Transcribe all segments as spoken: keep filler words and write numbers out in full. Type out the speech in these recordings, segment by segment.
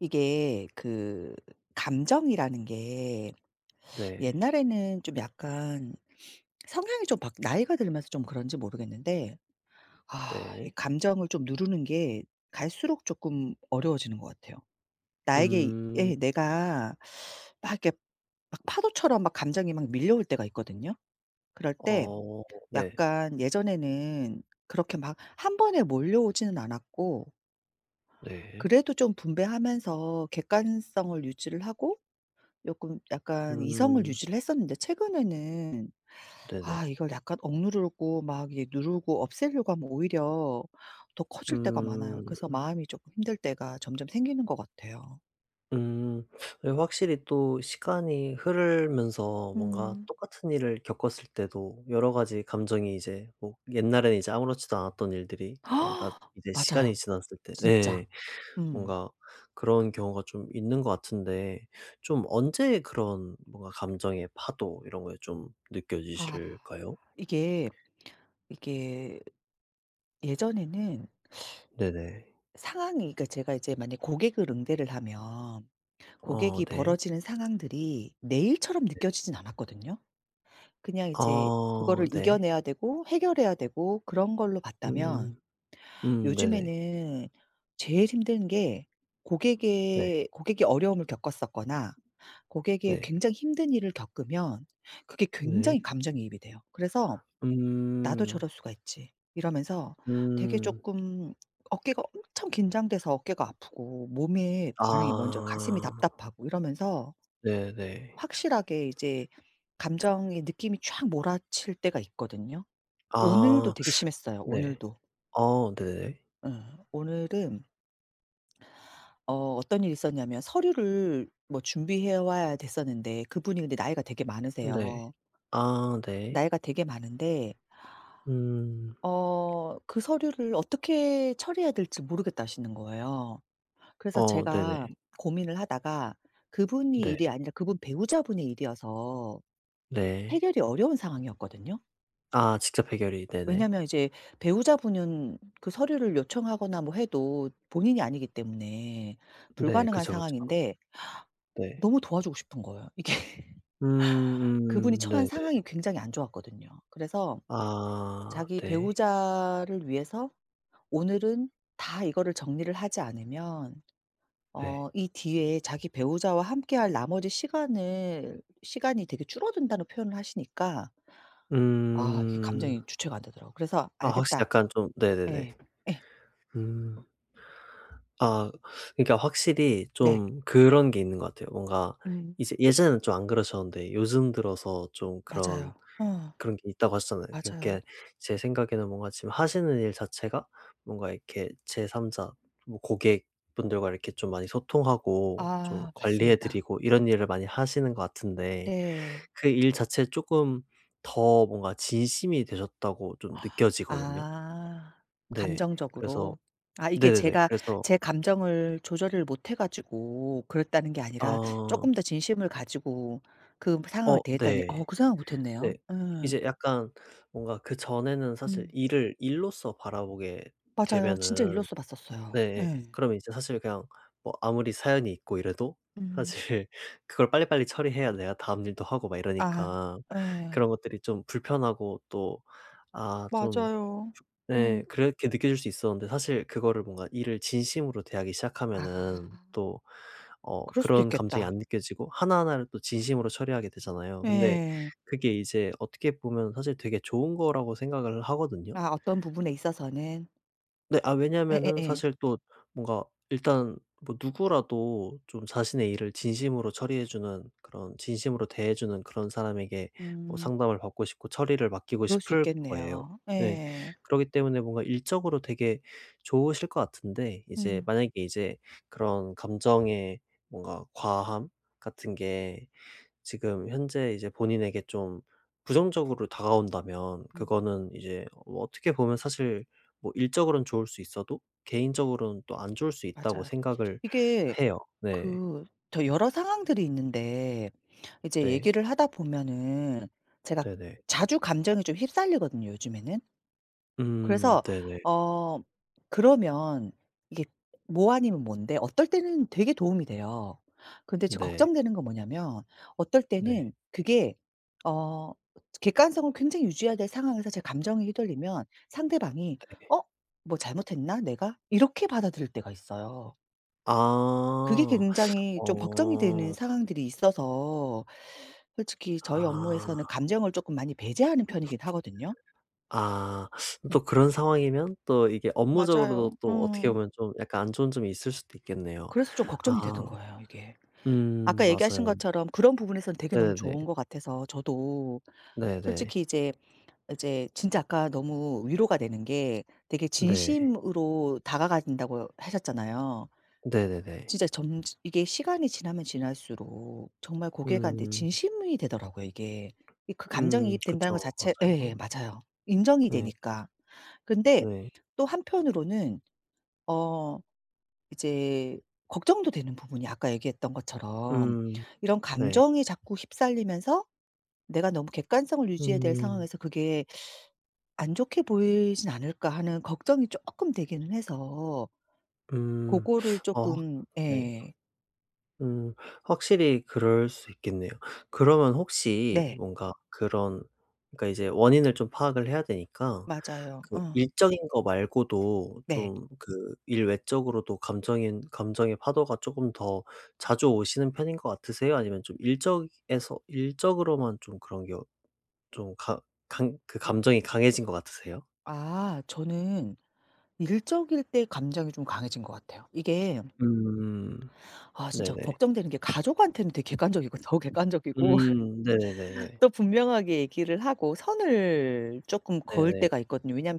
이게 그 감정이라는 게 네. 옛날에는 좀 약간 성향이 좀 바, 나이가 들면서 좀 그런지 모르겠는데 아 이 네. 감정을 좀 누르는 게 갈수록 조금 어려워지는 것 같아요. 나에게 이- 음. 예 내가 막 이렇게 막 파도처럼 막 감정이 막 밀려올 때가 있거든요. 그럴 때 어 네. 약간 예전에는 그렇게 막 한 번에 몰려오지는 않았고 네. 그래도 좀 분배하면서 객관성을 유지를 하고 요금 약간 이성을 음 유지를 했었는데 최근에는 아 네네. 이걸 약간 억누르고 막 이게 누르고 없애려고 하면 오히려 더 커질 때가 많아요. 그래서 음. 마음이 쪼끔 힘들 때가 점점 생기는 것 같아요. 음. 예, 확실히 또 시간이 흐르면서 뭔가 음. 똑같은 일을 겪었을 때도 여러 가지 감정이 이제, 뭐 옛날에는 이제 아무렇지도 않았던 일들이 뭔가 나 이제 시간이 맞아요. 지났을 때 진짜. 네. 음. 뭔가 그런 경우가 좀 있는 것 같은데, 좀 언제 그런 뭔가 감정의 파도 이런 거에 좀 아 느껴지실까요? 이게, 이게 예전에는 네네. 상황이 그러니까 제가 이제 만약에 고객을 응대를 하면 어 고객이 네. 벌어지는 상황들이 내 일처럼 느껴지진 않았거든요. 그냥 이제 어 그거를 네. 이겨내야 되고 해결해야 되고 그런 걸로 봤다면 음. 음 네네. 요즘에는 제일 힘든 게 네. 고객의 고객이 어려움을 겪었었거나 고객이 네. 굉장히 힘든 일을 겪으면 그게 네. 굉장히 감정이입이 돼요. 그래서 '나도 음. 저럴 수가 있지.' 이러면서 되게 음. 쪼끔 어깨가 엄청 긴장돼서 어깨가 아프고 몸에 반응이 먼저 가슴이 아. 답답하고 이러면서 네네. 확실하게 이제 감정의 느낌이 촥 몰아칠 때가 있거든요. 오늘도 아 되게 심했어요, 네. 오늘도. 어 네네. 응. 오늘은 어 어떤 일이 있었냐면 서류를 뭐 준비해 와야 됐었는데 그분이 근데 나이가 되게 네. 많으세요. 아 네. 나이가 되게 많은데 음. 어 그 서류를 어떻게 처리해야 될지 모르겠다 하시는 거예요. 그래서 어 네네. 제가 고민을 하다가 그분이 네. 일이 아니라 그분 배우자분의 일이어서 네. 해결이 어려운 상황이었거든요. 아 직접 해결이 네네. 왜냐면 이제 배우자분은 그 서류를 요청하거나 뭐 해도 본인이 아니기 때문에 네. 불가능한 그쵸, 그쵸. 상황인데 네. 너무 도와주고 싶은 거예요. 이게 음. 그분이 음. 처한 네네. 상황이 굉장히 안 좋았거든요. 그래서 아 자기 네. 배우자를 위해서 오늘은 다 이거를 정리를 하지 않으면 네. 어 이 뒤에 자기 배우자와 함께할 나머지 시간을 시간이 되게 줄어든다는 표현을 하시니까 아 이게 음. 감정이 주체가 안 되더라고요. 그래서 아 확실히 "알겠다." 약간 좀 예. 네네네. 예. 음. 아, 그러니까 확실히 네. 좀 그런 게 있는 것 같아요. 뭔가 음. 이제 예전에는 좀 안 그러셨는데 요즘 들어서 좀 그런, 맞아요. 어 그런 게 있다고 하셨잖아요. 맞아요. 그러니까 제 생각에는 뭔가 지금 하시는 일 자체가, 뭔가 이렇게 제삼 자 뭐 고객분들과 이렇게 좀 많이 소통하고 좀 아 관리해 맞습니다. 드리고 이런 일을 많이 하시는 것 같은데, 네. 그 일 자체에 쪼끔 더 뭔가 진심이 되셨다고 좀 느껴지거든요. 아 네. 그래서 감정적으로. 아 이게 네네네. 제가 그래서 제 감정을 조절을 못해 가지고 그랬다는 게 아니라 조금 더 아 진심을 가지고 그 상황을 어 대했다니 어 네. 그 생각 못 했네요. 네. 예. 이제 약간 뭔가 그전에는 사실 음. 일을 일로서 바라보게 맞아요. 진짜 되면은, 일로써 봤었어요. 네. 예. 그러면 이제 사실 그냥 뭐 아무리 사연이 있고 이래도 음. 사실 그걸 빨리빨리 처리해야 내가 다음 일도 하고 막 아 이러니까 예. 그런 것들이 좀 불편하고 또 아 좀 맞아요. 네 음. 그렇게 느껴질 수 있었는데, 사실 그거를 뭔가 일을 진심으로 대하기 아 시작하면은 또 어 그럴 수도 그런 감정이 있겠다. 안 느껴지고 하나하나를 또 진심으로 처리하게 되잖아요. 근데 예. 그게 이제 어떻게 보면 사실 되게 좋은 거라고 생각을 하거든요. 아 어떤 부분에 있어서는. 네. 아, 왜냐면은 예예예. 사실 또 뭔가 일단 뭐 누구라도 좀 자신의 일을 진심으로 처리해 주는, 그런 진심으로 대해 주는 그런 사람에게 뭐 음. 상담을 받고 싶고 처리를 맡기고 그럴 수 싶을 거예요. 있겠네요. 네. 예. 그러기 때문에 뭔가 일적으로 되게 좋으실 것 같은데, 이제 음. 만약에 이제 그런 감정의 뭔가 과함 같은 게 지금 현재 이제 본인에게 좀 부정적으로 다가온다면, 음. 그거는 이제 뭐 어떻게 보면 사실 뭐 일적으로는 좋을 수 있어도 개인적으로는 또 안 좋을 수 있다고 맞아요. 생각을 이게 해요. 네. 그 저 여러 상황들이 있는데 이제 네. 얘기를 하다 보면은 제가 네네. 자주 감정이 좀 휩쓸리거든요 요즘에는. 음 그래서 네네. 어 그러면 이게 뭐 아니면 뭔데 어떨 때는 되게 도움이 돼요. 근데 저 네. 걱정되는 건 뭐냐면 어떨 때는 네. 그게 어 객관성을 굉장히 유지해야 될 상황에서 제 감정이 휘둘리면 상대방이 '어 뭐 잘못했나 내가?' 이렇게 받아들일 때가 있어요. 그게 아. 굉장히 좀 걱정이 되는 어. 상황들이 있어서 솔직히 저희 아. 업무에서는 감정을 조금 많이 배제하는 편이긴 하거든요. 아. 음. 또 그런 상황이면 또 이게 맞아요. 업무적으로도 또 어떻게 음. 보면 좀 약간 안 좋은 점이 있을 수도 있겠네요. 그래서 좀 걱정이 되는 아. 거예요 이게. 음 아까 얘기하신 맞아요. 것처럼 그런 부분에선 되게 너무 네네네. 좋은 것 같아서 저도 네네. 솔직히 이제 이제 진짜 아까 너무 위로가 되는 게 되게 네. 진심으로 다가간다고 하셨잖아요. 네네네. 진짜 점 이게 시간이 지나면 지날수록 정말 고객한테 음. 진심이 되더라고요 이게. 이 그 음 감정이입 된다는 것 그쵸. 자체 예 예, 맞아요. 맞아요. 인정이 네. 되니까. 근데 네. 또 한편으로는 어 이제 걱정도 되는 부분이 아까 얘기했던 것처럼 음. 이런 감 네. 정이 자꾸 휩쓸리면서 '내가 너무 객관성을 유지해야 될 음. 상황에서 그게 안 좋게 보이진 않을까.' 하는 걱정이 조금 되기는 해서 음. 고거를 어 쪼끔 네. 예. 음. 확실히 그럴 수 있겠네요. 그러면 혹시 네. 뭔가 그런, 그러니까 이제 원인을 좀 파악을 해야 되니까, 맞아요. 그 어. 일적인 거 말고도 네. 좀 그 일 외적으로도 감정인 감정의 파도가 쪼금 더 자주 오시는 편인 것 같으세요? 아니면 좀 일적에서 일적으로만 좀 그런 게 어 좀 가 강 그 감정이 강해진 것 같으세요? 아 저는 일적일 때 감정이 좀 강해진 것 같아요. 이게 음. 아 진짜 네네. 걱정되는 게 가족한테는 되게 객관적이고 더 객관적이고 음. 네네네네. 또 분명하게 얘기를 하고 선을 쪼끔 그을 네네. 때가 있거든요 왜냐하면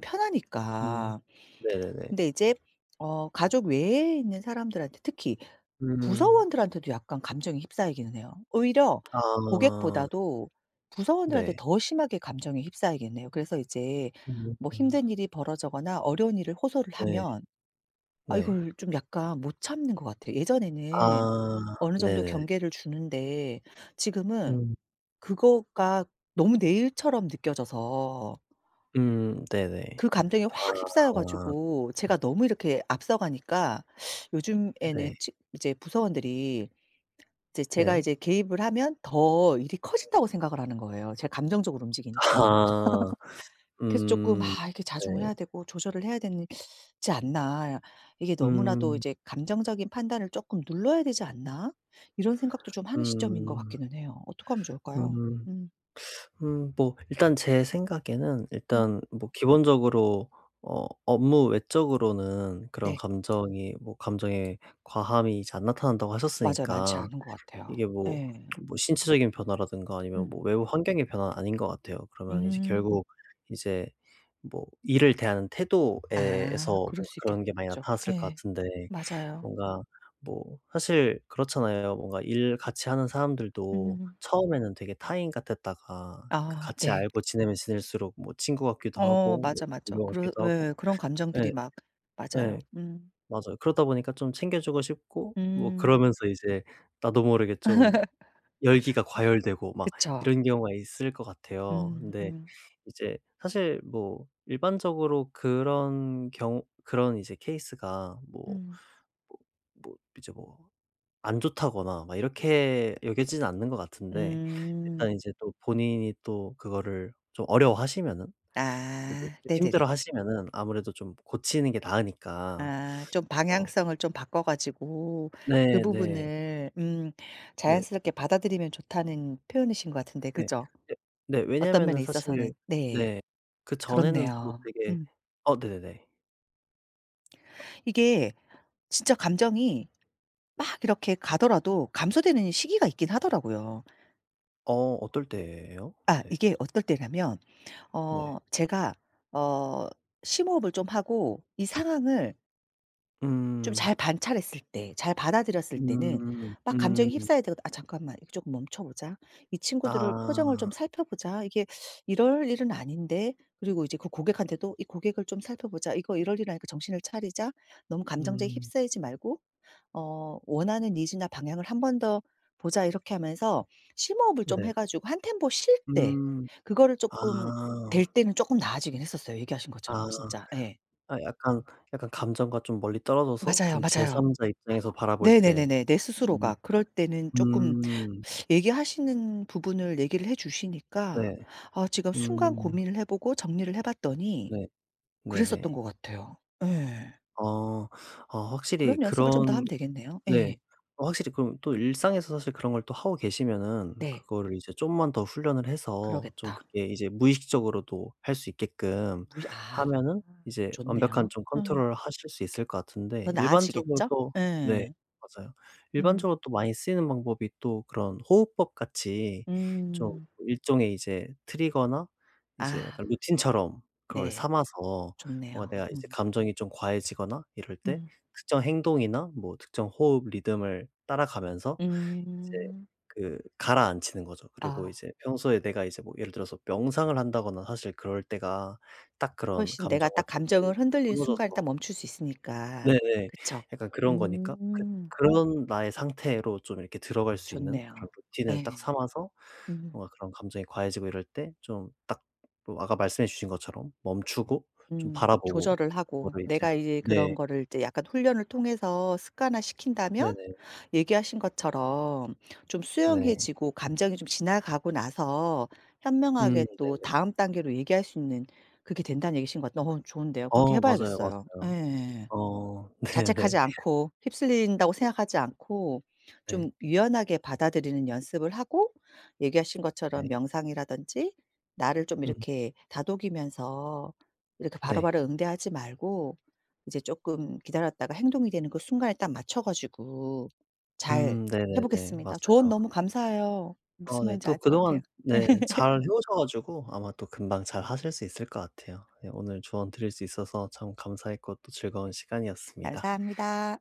음. 편하니까. 네네네. 근데 이제 어 가족 외에 있는 사람들한테 특히 음. 부서원들한테도 약간 감정이 휩싸이기는 해요. 오히려 아. 고객보다도 부서원들한테 네. 더 심하게 감정이 휩싸이기는 해요. 그래서 이제 음. 뭐 힘든 일이 벌어져거나 어려운 일을 호소를 네. 하면 아 네. 이걸 좀 약간 못 참는 것 같아요. 예전에는 아. 어느 정도 네네. 경계를 주는데 지금은 음. 그거가 너무 내 일처럼 느껴져서 음. 네네. 그 감정에 확 휩싸여 아. 가지고 제가 너무 이렇게 앞서가니까 요즘에는 네. 치 이제 부서원들이 이제 제가 네. 이제 개입을 하면 더 일이 커진다고 생각을 하는 거예요, 제가 감정적으로 움직이니까. 아. 그래서 조금 음. '아 이렇게 자중을 네. 해야 되고 조절을 해야 되지 않나. 이게 너무나도 음. 이제 감정적인 판단을 조금 눌러야 되지 않나?' 이런 생각도 좀 하는 시점인 것 음. 같기는 해요. 어떻게 하면 좋을까요? 음. 음. 음, 뭐 일단 제 생각에는 음. 일단 뭐 기본적으로 어 업무 외적으로는 그런 네. 감정이 뭐 감정의 과함이 잘 안 나타난다고 맞아요. 많지 하셨으니까 않은 것 같아요. 이게 뭐, 예. 뭐 신체적인 변화라든가 아니면 음. 뭐 외부 환경의 변화는 아닌 것 같아요. 그러면 이제 음. 결국 이제 뭐 일을 대하는 태도에 에서 아 뭔가 그럴 수 그런 게 많이 있겠죠. 나타났을 것 예. 같은데, 맞아요. 뭔가 뭐 사실 그렇잖아요. 뭔가 일 같이 하는 사람들도 음. 처음에는 되게 타인 같았다가 그 아 같이 네. 알고 지내면 지낼수록 뭐 친구 같기도 어 하고 뭐 맞아, 맞아. 동료 그러 같기도 하고. 예 그런 감정들이 예. 막 맞아요. 예. 음. 맞아요. 그러다 보니까 좀 챙겨 주고 싶고 뭐 음. 그러면서 이제 나도 모르게 좀 열기가 과열되고 막 그쵸. 이런 경우가 있을 것 같아요. 음 근데 음. 이제 사실 뭐 일반적으로 그런 경우 그런 이제 케이스가 뭐 음. 뭐 뭐 이제 뭐 안 좋다거나 막 이렇게 여겨지진 않는 것 같은데, 음. 일단 이제 또 본인이 또 그거를 좀 어려워하시면은, 이제 아 네네네. 힘들어하시면은 아무래도 좀 고치는 게 나으니까. 아 좀 어 방향성을 좀 바꿔 가지고 그 네 네. 부분을 음 네 자연스럽게 받아들이면 좋다는 표현이신 것 같은데 네. 그죠? 네네, 어떤 왜냐면은 면에 사실 있어서는. 네. 네 그전에는 또 그렇네요. 되게 음. 어 네네네. 이게 진짜 감정이 막 이렇게 가더라도 감소되는 시기가 있긴 하더라고요. 어, 어떨 때예요? 아 네. 이게 어떨 때냐면 네. 어 제가 어 심호흡을 좀 하고 이 상황을 좀 음. 잘 관찰했을 때 잘 받아들였을 때는 음. 막 감정에 음. 휩싸여야 되거든. '아 잠깐만. 이거 멈춰 보자. 이 친구들을 표정을 좀 아. 살펴보자. 이게 이럴 일은 아닌데.' 그리고 이제 그 고객한테도 '이 고객을 좀 살펴보자. 이거 이럴 일 아니까 정신을 차리자. 너무 감정적에 음. 휩싸이지 말고 어 원하는 니즈나 방향을 한 번 더 보자.' 이렇게 하면서 심호흡을 좀 네. 해 가지고 한 템포 쉴 때 음. 그거를 조금 아. 될 때는 조금 나아지긴 했었어요 얘기하신 아. 것처럼 진짜. 예. 아 약간, 약간 감정과 좀 멀리 떨어져서 맞아요, 좀 맞아요. 제삼 자 입장에서 바라볼 때. 네네네네. 내 음. 스스로가 그럴 때는 조금 음. 얘기하시는 부분을 얘기를 해 주시니까 네. 아 지금 순간 음. 고민을 해 보고 정리를 해 봤더니 네. 그랬었던 네네. 것 같아요. 예. 어. 어 확실히 그런 연습을 좀 더 하면 그런 되겠네요. 네. 예. 어 확실히, 그럼 또 일상에서 사실 그런 걸 또 하고 계시면은 네. 그거를 이제 좀만 더 훈련을 해서 좀 그러겠다. 그게 이제 무의식적으로도 할 수 있게끔 무의 아 하면은 이제 완벽한 좋네요. 좀 어. 컨트롤을 하실 수 있을 것 같은데, 더 일반적으로 나아지겠죠? 또 네. 예. 맞아요. 음. 일반적으로 또 많이 쓰이는 방법이 또 그런 호흡법 같이 좀 음. 일종의 이제 트리거나 이제 아 약간 루틴처럼 그걸 네. 삼아서 뭔가 좋네요. 내가 이제 음. 감정이 좀 과해지거나 이럴 때 음. 특정 행동이나 뭐 특정 호흡 리듬을 따라가면서 이제 음. 그 가라앉히는 거죠. 그리고 아. 이제 평소에 내가 이제 뭐 예를 들어서 명상을 한다거나 사실 그럴 때가 딱 그런 훨씬 내가 딱 감정과 좀 멀리 감정을 흔들리는 떨어져서 순간에 딱 멈출 수 있으니까. 네네. 그쵸? 약간 그런 거니까 그, 음. 그런 나의 상태로 좀 이렇게 들어갈 수 있는 좋네요. 그런 루틴을 딱 예. 삼아서 음. 뭔가 그런 감정이 과해지고 이럴 때 좀 딱, 뭐 아까 말씀해 주신 것처럼 멈추고 좀 음. 바라보고 조절을 하고 그거를 이제 내가 이제 그런 네. 거를 이제 약간 훈련을 통해서 습관화 시킨다면 네네. 얘기하신 것처럼 좀 네. 수용해지고 감정이 좀 지나가고 나서 음 현명하게 또 네네. 다음 단계로 얘기할 수 있는 그게 된다는 얘기신 것 같아요. 어 좋은데요. 그렇게 해 어 맞아요, 봐야겠어요. 맞아요. 예. 어 자책하지 네네. 않고 휩쓸린다고 생각하지 않고 좀 네. 유연하게 받아들이는 연습을 하고 얘기하신 것처럼 네. 명상이라든지 나를 좀 음 이렇게 다독이면서 이렇게 네. 바로바로 응대하지 말고 이제 조금 기다렸다가 행동이 되는 그 순간에 딱 맞춰 가지고 잘 음 해 네네네. 보겠습니다. 조언 맞아요. 너무 감사해요. 어 무슨 네. 말인지 알 또 것 같아요. 그동안 네 잘 해 오셔 가지고 아마 또 금방 잘 하실 수 있을 것 같아요. 네 오늘 조언 드릴 수 있어서 참 감사했고 또 즐거운 시간이었습니다. 감사합니다.